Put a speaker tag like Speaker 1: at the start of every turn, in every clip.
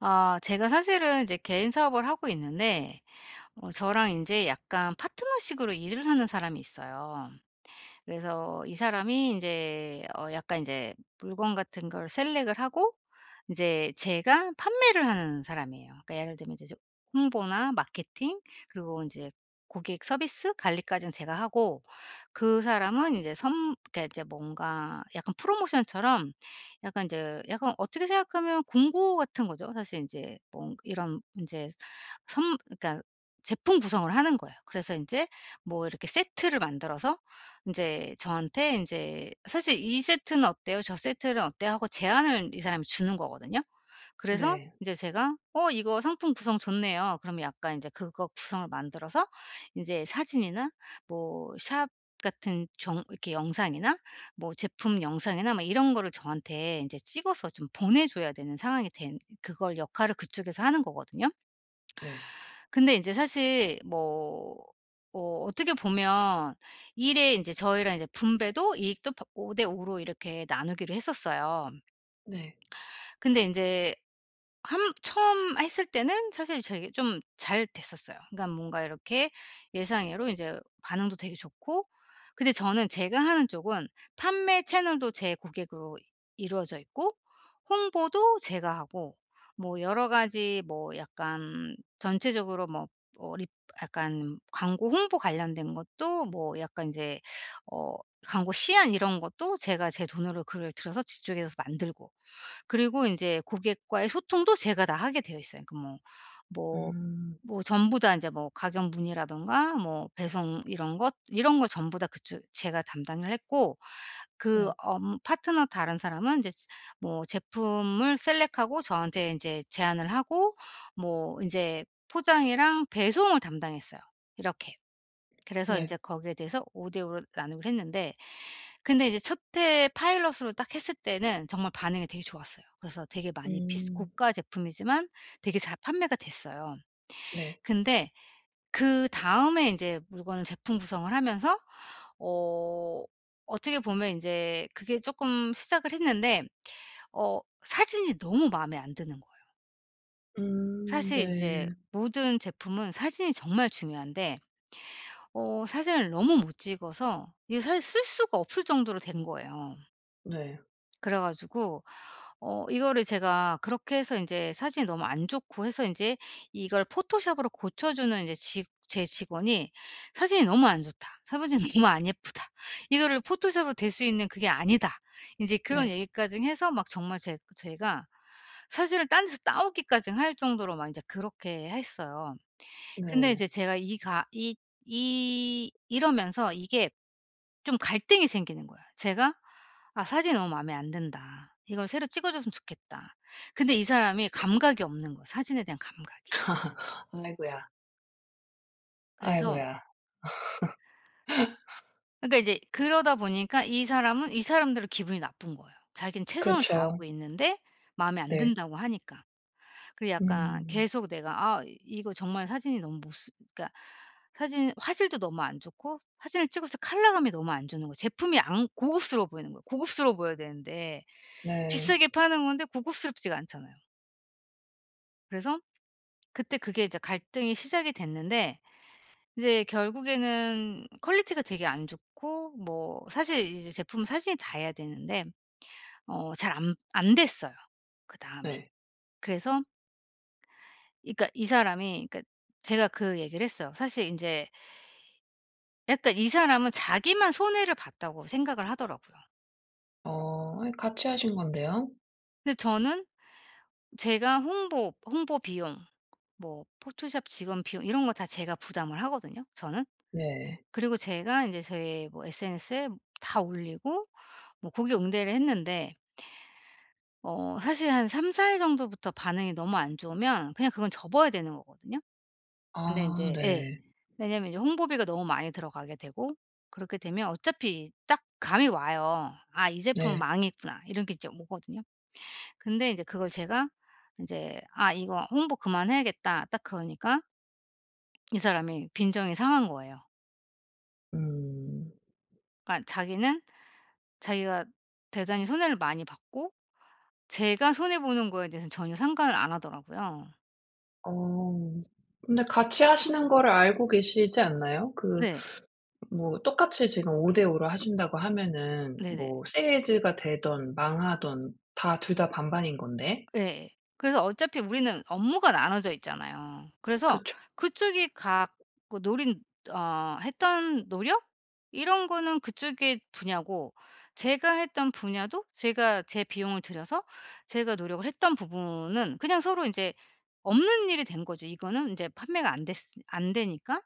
Speaker 1: 아 제가 사실은 이제 개인 사업을 하고 있는데, 저랑 이제 약간 파트너식으로 일을 하는 사람이 있어요. 그래서 이 사람이 이제 약간 이제 물건 같은 걸 셀렉을 하고 인제 제가 판매를 하는 사람이에요. 그러니까 예를 들면 이제 저 홍보나 마케팅, 그리고 인제 고객 서비스 관리까지는 제가 하고, 그 사람은 인제 선 그러니까 이제 뭔가 약간 프로모션처럼 약간 인제 약간 어떻게 생각하면 공구 같은 거죠. 사실 인제 뭔 이런 인제 선 그러니까 제품 구성을 하는 거예요. 그래서 인제 뭐 이렇게 세트를 만들어서 인제 저한테 인제 사실 "이 세트는 어때요? 저 세트는 어때요?" 하고 제안을 이 사람이 주는 거거든요. 그래서
Speaker 2: 네.
Speaker 1: 인제 제가 "어 이거 상품 구성 좋네요." 그러면 약간 인제 그거 구성을 만들어서 인제 사진이나 뭐 샵 같은 정 이렇게 영상이나 뭐 제품 영상이나 막 이런 거를 저한테 인제 찍어서 좀 보내 줘야 되는 상황이 된 그걸 역할을 그쪽에서 하는 거거든요.
Speaker 2: 네.
Speaker 1: 근데 이제 사실 뭐 어떻게 보면 일에 이제 저희랑 이제 분배도 이익도 오5대 5로 이렇게 나누기로 했었어요.
Speaker 2: 네.
Speaker 1: 근데 이제 함 처음 했을 때는 사실 저희 좀 잘 됐었어요. 그러니까 뭔가 이렇게 예상외로 인제 반응도 되게 좋고. 근데 저는 제가 하는 쪽은 판매 채널도 제 고객으로 이루어져 있고 홍보도 제가 하고 뭐 여러 가지 뭐 약간 전체적으로 뭐 어 립 약간 광고 홍보 관련된 것도 뭐 약간 인제 어 광고 시안 이런 것도 제가 제 돈으로 글을 들여서 뒤쪽에서 만들고, 그리고 인제 고객과의 소통도 제가 다 하게 되어 있어요. 그러니까 뭐 뭐
Speaker 2: 음.
Speaker 1: 전부 다 인제 뭐 가격 문의라든가 뭐 배송 이런 것 이런 걸 전부 다 그쪽 제가 담당을 했고, 그
Speaker 2: 네.
Speaker 1: 업 파트너 다른 사람은 인제 뭐 제품을 셀렉하고 저한테 인제 제안을 하고 뭐 인제 포장이랑 배송을 담당했어요, 이렇게. 그래서
Speaker 2: 네.
Speaker 1: 인제 거기에 대해서 5대5로 나누기로 했는데. 근데 이제 첫 해 파일럿으로 딱 했을 때는 정말 반응이 되게 좋았어요. 그래서 되게 많이 비스
Speaker 2: 음.
Speaker 1: 고가 제품이지만 되게 잘 판매가 됐어요.
Speaker 2: 네.
Speaker 1: 근데 그다음에 인제 물건을 제품 구성을 하면서 어 어떻게 보면 인제 그게 쪼끔 시작을 했는데 사진이 너무 마음에 안 드는 거예요.
Speaker 2: 음.
Speaker 1: 사실 이제
Speaker 2: 네.
Speaker 1: 모든 제품은 사진이 정말 중요한데 사진을 너무 못 찍어서 이게 사실 쓸 수가 없을 정도로 된 거예요.
Speaker 2: 네.
Speaker 1: 그래 가지고 이거를 제가 그렇게 해서 이제 사진이 너무 안 좋고 해서 이제 이걸 포토샵으로 고쳐주는 이제직 제 직원이 "사진이 너무 안 좋다. 사진이 너무 안 예쁘다. 이거를 포토샵으로 될 수 있는 그게 아니다." 이제 그런
Speaker 2: 네.
Speaker 1: 얘기까지 해서 막 정말 제 저희가 사진을 딴 데서 따오기까지 할 정도로 막 이제 그렇게 했어요. 근데
Speaker 2: 네.
Speaker 1: 이제 제가 이 가 이 이 이러면서 이게 좀 갈등이 생기는 거야. 제가 '아 사진이 너무 마음에 안 든다. 이걸 새로 찍어 줬으면 좋겠다.' 근데 이 사람이 감각이 없는 거야, 사진에 대한 감각이.
Speaker 2: 아이고야.
Speaker 1: 그래서.
Speaker 2: 아이고야.
Speaker 1: 그러니까 이제 그러다 보니까 이 사람은 이 사람대로 기분이 나쁜 거예요. 자기는 최선을
Speaker 2: 그렇죠.
Speaker 1: 다하고 있는데 마음에 안
Speaker 2: 네.
Speaker 1: 든다고 하니까. 그리 약간
Speaker 2: 음.
Speaker 1: 계속 내가 아 이거 정말 사진이 너무 못 쓰 그러니까 사진 화질도 너무 안 좋고, 사진을 찍었을 때 컬러감이 너무 안 좋은 거예요. 제품이 안 고급스러워 보이는 거예요. 고급스러워 보여야 되는데
Speaker 2: 네.
Speaker 1: 비싸게 파는 건데 고급스럽지가 않잖아요. 그래서 그때 그게 이제 갈등이 시작이 됐는데 이제 결국에는 퀄리티가 되게 안 좋고 뭐 사실 이제 제품 사진이 다 해야 되는데 잘 안 됐어요 그다음에.
Speaker 2: 네.
Speaker 1: 그래서. 그러니까 이 사람이 그러니까 제가 그 얘기를 했어요. 사실 인제 약간 이 사람은 자기만 손해를 봤다고 생각을 하더라고요.
Speaker 2: 어아 같이 하신 건데요.
Speaker 1: 근데 저는 제가 홍보 비용, 뭐 포토샵 직원 비용, 이런 거 다 제가 부담을 하거든요, 저는.
Speaker 2: 네.
Speaker 1: 그리고 제가 인제 저의 뭐 SNS에 다 올리고 뭐 거기에 응대를 했는데, 사실 한 3-4일 정도부터 반응이 너무 안 좋으면 그냥 그건 접어야 되는 거거든요. 근데
Speaker 2: 아
Speaker 1: 인제 예.
Speaker 2: 네.
Speaker 1: 왜냐면 이제 홍보비가 너무 많이 들어가게 되고 그렇게 되면 어차피 딱 감이 와요. '아 이 제품은
Speaker 2: 네.
Speaker 1: 망했구나.' 이런 게 이제 오거든요. 근데 인제 그걸 제가 인제 '아 이거 홍보 그만해야겠다.' 딱 그러니까 이 사람이 빈정이 상한 거예요.
Speaker 2: 음.
Speaker 1: 그러니까 자기는 자기가 대단히 손해를 많이 봤고 제가 손해 보는 거에 대해서는 전혀 상관을 안 하더라고요.
Speaker 2: 어 근데 같이 하시는 거를 알고 계시지 않나요? 그
Speaker 1: 네.
Speaker 2: 뭐 똑같이 지금 5:5로 하신다고 하면은
Speaker 1: 네네.
Speaker 2: 뭐 세일즈가 되든 망하든 다 둘 다 반반인 건데.
Speaker 1: 예. 그래서 어차피 우리는 업무가 나눠져 있잖아요. 그래서
Speaker 2: 그쵸.
Speaker 1: 그쪽이 각 그 노린 했던 노력 이런 거는 그쪽의 분야고 제가 했던 분야도 제가 제 비용을 들여서 제가 노력을 했던 부분은 그냥 서로 인제 없는 일이 된 거죠. 이거는 인제 판매가 안 됐으 안 되니까.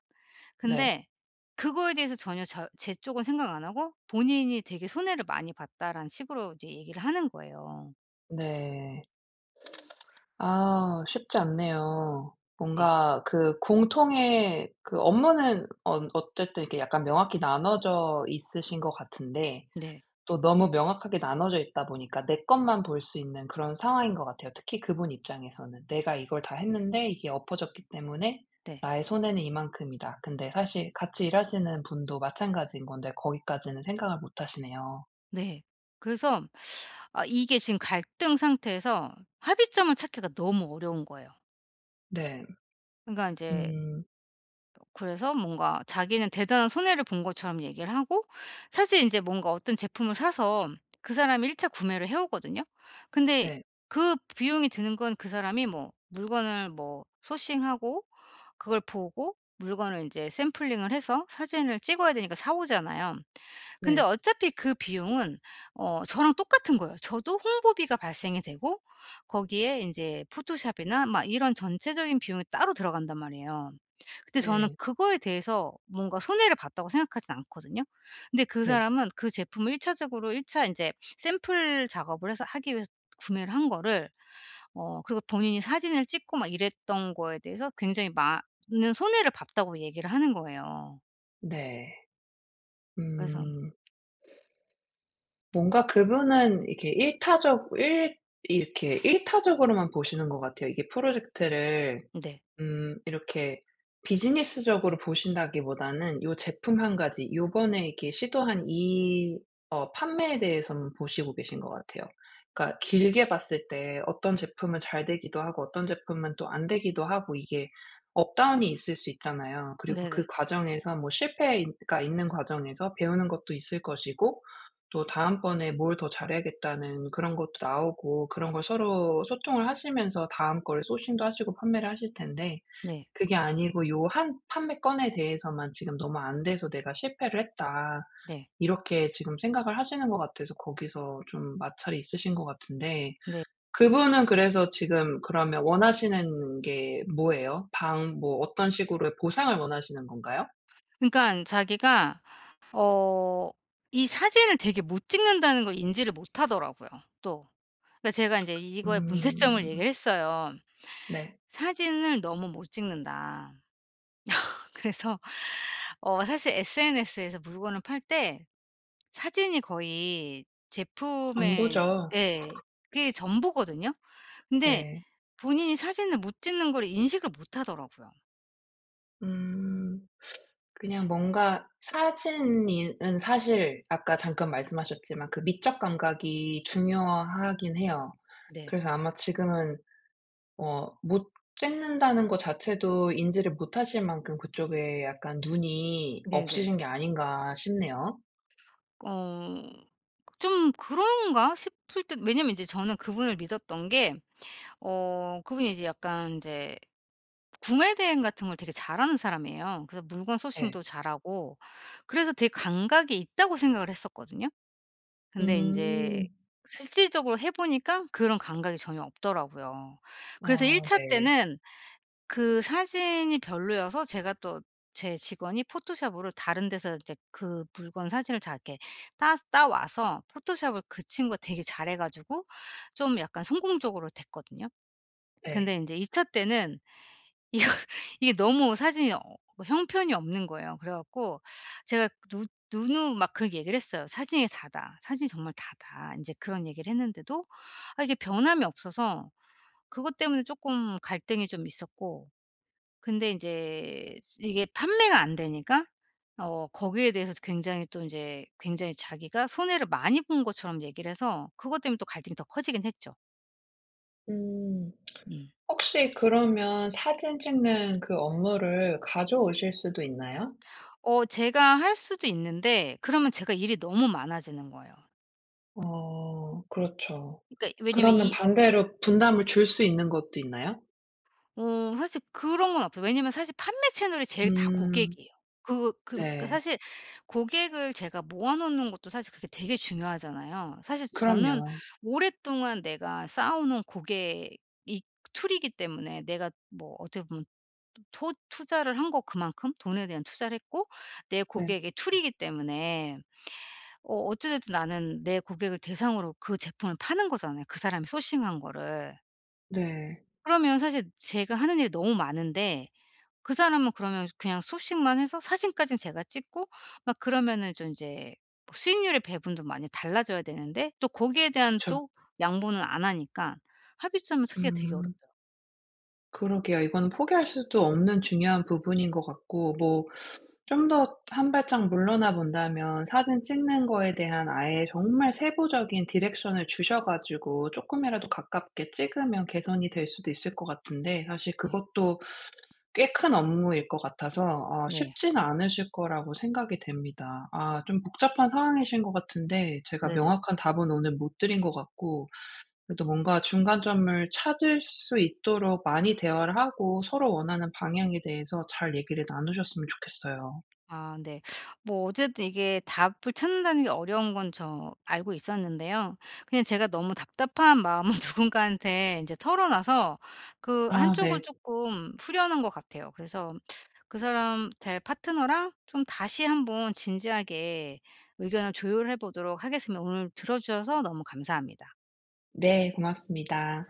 Speaker 2: 네.
Speaker 1: 근데 그거에 대해서 전혀 저 제 쪽은 생각 안 하고 본인이 되게 손해를 많이 봤다라는 식으로 이제 얘기를 하는 거예요.
Speaker 2: 네. 아 쉽지 않네요.
Speaker 1: 네.
Speaker 2: 뭔가 그 공통의 그 업무는 언 어쨌든 이렇게 약간 명확히 나눠져 있으신 것 같은데
Speaker 1: 네.
Speaker 2: 또 너무 명확하게 나눠져 있다 보니까 내 것만 볼 수 있는 그런 상황인 것 같아요. 특히 그분 입장에서는 '내가 이걸 다 했는데 이게 엎어졌기 때문에
Speaker 1: 네.
Speaker 2: 나의 손해는 이만큼이다.' 근데 사실 같이 일하시는 분도 마찬가지인 건데 거기까지는 생각을 못 하시네요.
Speaker 1: 네. 그래서 아 이게 지금 갈등 상태에서 합의점을 찾기가 너무 어려운 거예요.
Speaker 2: 네.
Speaker 1: 그러니까 이제.
Speaker 2: 음.
Speaker 1: 그래서 뭔가 자기는 대단한 손해를 본 것처럼 얘기를 하고, 사실 이제 뭔가 어떤 제품을 사서 그 사람이 1차 구매를 해 오거든요. 근데
Speaker 2: 네.
Speaker 1: 그 비용이 드는 건 그 사람이 뭐 물건을 뭐 소싱하고 그걸 보고 물건을 이제 샘플링을 해서 사진을 찍어야 되니까 사 오잖아요. 근데
Speaker 2: 네.
Speaker 1: 어차피 그 비용은 저랑 똑같은 거예요. 저도 홍보비가 발생이 되고 거기에 인제 포토샵이나 막 이런 전체적인 비용이 따로 들어간단 말이에요. 근데 저는
Speaker 2: 네.
Speaker 1: 그거에 대해서 뭔가 손해를 봤다고 생각하진 않거든요. 근데 그
Speaker 2: 네.
Speaker 1: 사람은 그 제품을 1 차적으로 일 차 인제 샘플 작업을 해서 하기 위해서 구매를 한 거를, 그리고 본인이 사진을 찍고 막 이랬던 거에 대해서 굉장히 많은 손해를 봤다고 얘기를 하는 거예요.
Speaker 2: 네.
Speaker 1: 그래서.
Speaker 2: 음. 뭔가 그분은 이렇게 일타적으로만 보시는 것 같아요. 이게 프로젝트를
Speaker 1: 네.
Speaker 2: 이렇게 비즈니스적으로 보신다기보다는 요 제품 한 가지 요번에 이렇게 시도한 이 어 판매에 대해서만 보시고 계신 것 같아요. 그러니까 길게 봤을 때 어떤 제품은 잘 되기도 하고 어떤 제품은 또 안 되기도 하고 이게 업다운이 있을 수 있잖아요. 그리고
Speaker 1: 네네.
Speaker 2: 그 과정에서 뭐 실패가 있는 과정에서 배우는 것도 있을 것이고 또 다음번에 뭘 더 잘해야겠다는 그런 것도 나오고 그런 걸 서로 소통을 하시면서 다음 거를 소싱도 하시고 판매를 하실 텐데
Speaker 1: 네.
Speaker 2: 그게 아니고 '요 한 판매건에 대해서만 지금 너무 안 돼서 내가 실패를 했다.'
Speaker 1: 네.
Speaker 2: 이렇게 지금 생각을 하시는 것 같아서 거기서 좀 마찰이 있으신 것 같은데
Speaker 1: 네.
Speaker 2: 그분은 그래서 지금 그러면 원하시는 게 뭐예요? 방 뭐 어떤 식으로의 보상을 원하시는 건가요?
Speaker 1: 그러니까 자기가 어 이 사진을 되게 못 찍는다는 걸 인지를 못하더라고요, 또. 그러니까 제가 인제 이거의 문제점을
Speaker 2: 음.
Speaker 1: 얘기를 했어요.
Speaker 2: 네.
Speaker 1: "사진을 너무 못 찍는다." 그래서 사실 SNS에서 물건을 팔 때 사진이 거의 제품의,
Speaker 2: 전부죠.
Speaker 1: 예, 그게 전부거든요. 근데
Speaker 2: 네.
Speaker 1: 본인이 사진을 못 찍는 걸 인식을 못하더라고요.
Speaker 2: 음. 그냥 뭔가 사진은 사실 아까 잠깐 말씀하셨지만 그 미적 감각이 중요하긴 해요.
Speaker 1: 네.
Speaker 2: 그래서 아마 지금은 못 찍는다는 거 자체도 인지를 못 하실 만큼 그쪽에 약간 눈이
Speaker 1: 네네.
Speaker 2: 없으신 게 아닌가 싶네요.
Speaker 1: 어 좀 그런가 싶을 때, 왜냐면 이제 저는 그분을 믿었던 게, 그분이 이제 약간 이제 구매 대행 같은 걸 되게 잘하는 사람이에요. 그래서 물건
Speaker 2: 네.
Speaker 1: 소싱도 잘하고 그래서 되게 감각이 있다고 생각을 했었거든요. 근데 이제
Speaker 2: 음.
Speaker 1: 실질적으로 해 보니까 그런 감각이 전혀 없더라고요. 그래서 1
Speaker 2: 아
Speaker 1: 차
Speaker 2: 네.
Speaker 1: 때는 그 사진이 별로여서 제가 또 제 직원이 포토샵으로 다른 데서 이제 그 물건 사진을 잘 이렇게 따 따와서 포토샵을 그 친구가 되게 잘해 가지고 좀 약간 성공적으로 됐거든요. 근데
Speaker 2: 네.
Speaker 1: 이제2 차 때는 이거 이게 너무 사진이 그 형편이 없는 거예요. 그래 갖고 제가 누 누누 막 그런 얘기를 했어요. "사진이 다다. 사진이 정말 다다." 이제 그런 얘기를 했는데도 아 이게 변함이 없어서 그것 때문에 조금 갈등이 좀 있었고, 근데 인제 이게 판매가 안 되니까 거기에 대해서 굉장히 또 인제 굉장히 자기가 손해를 많이 본 것처럼 얘기를 해서 그것 때문에 또 갈등이 더 커지긴 했죠.
Speaker 2: 음.
Speaker 1: 음.
Speaker 2: 혹시 그러면 사진 찍는 그 업무를 가져오실 수도 있나요?
Speaker 1: 제가 할 수도 있는데 그러면 제가 일이 너무 많아지는 거예요.
Speaker 2: 어 그렇죠.
Speaker 1: 그러니까 왜냐면
Speaker 2: 그러면
Speaker 1: 이,
Speaker 2: 반대로 분담을 줄 수 있는 것도 있나요?
Speaker 1: 사실 그런 건 없어요. 왜냐면 사실 판매 채널이 제일 다
Speaker 2: 음.
Speaker 1: 고객이에요. 그러니까
Speaker 2: 네.
Speaker 1: 사실 고객을 제가 모아 놓는 것도 사실 그게 되게 중요하잖아요. 사실 저는
Speaker 2: 그럼요.
Speaker 1: 오랫동안 내가 쌓아 놓은 고객이 툴이기 때문에, 내가 뭐 어떻게 보면 토 투자를 한 거, 그만큼 돈에 대한 투자를 했고 내
Speaker 2: 네.
Speaker 1: 고객의 툴이기 때문에 어찌 됐든 나는 내 고객을 대상으로 그 제품을 파는 거잖아요, 그 사람이 소싱한 거를.
Speaker 2: 네.
Speaker 1: 그러면 사실 제가 하는 일이 너무 많은데, 그 사람은 그러면 그냥 소식만 해서 사진까지는 제가 찍고 막 그러면은 좀 인제 뭐 수익률의 배분도 많이 달라져야 되는데, 또 거기에 대한
Speaker 2: 그쵸.
Speaker 1: 또 양보는 안 하니까 합의점을 찾기가 되게
Speaker 2: 음.
Speaker 1: 어렵더라고요.
Speaker 2: 그러게요. 이거는 포기할 수도 없는 중요한 부분인 것 같고 뭐 좀 더 한 발짝 물러나 본다면 사진 찍는 거에 대한 아예 정말 세부적인 디렉션을 주셔 가지고 쪼끔이라도 가깝게 찍으면 개선이 될 수도 있을 것 같은데 사실
Speaker 1: 네.
Speaker 2: 그것도 꽤큰 업무일 것 같아서 쉽지는 않으실 거라고 생각이 됩니다. 아 좀 복잡한 상황이신 것 같은데 제가
Speaker 1: 네네네.
Speaker 2: 명확한 답은 오늘 못 드린 것 같고 그래도 뭔가 중간점을 찾을 수 있도록 많이 대화를 하고 서로 원하는 방향에 대해서 잘 얘기를 나누셨으면 좋겠어요.
Speaker 1: 아 네. 뭐 어쨌든 이게 답을 찾는다는 게 어려운 건 저 알고 있었는데요. 그냥 제가 너무 답답한 마음을 누군가한테 이제 털어놔서 그
Speaker 2: 아
Speaker 1: 한쪽을
Speaker 2: 네.
Speaker 1: 조금 후려는 것 같아요. 그래서 그 사람 될 파트너랑 좀 다시 한번 진지하게 의견을 조율해 보도록 하겠습니다. 오늘 들어 주셔서 너무 감사합니다.
Speaker 2: 네 고맙습니다.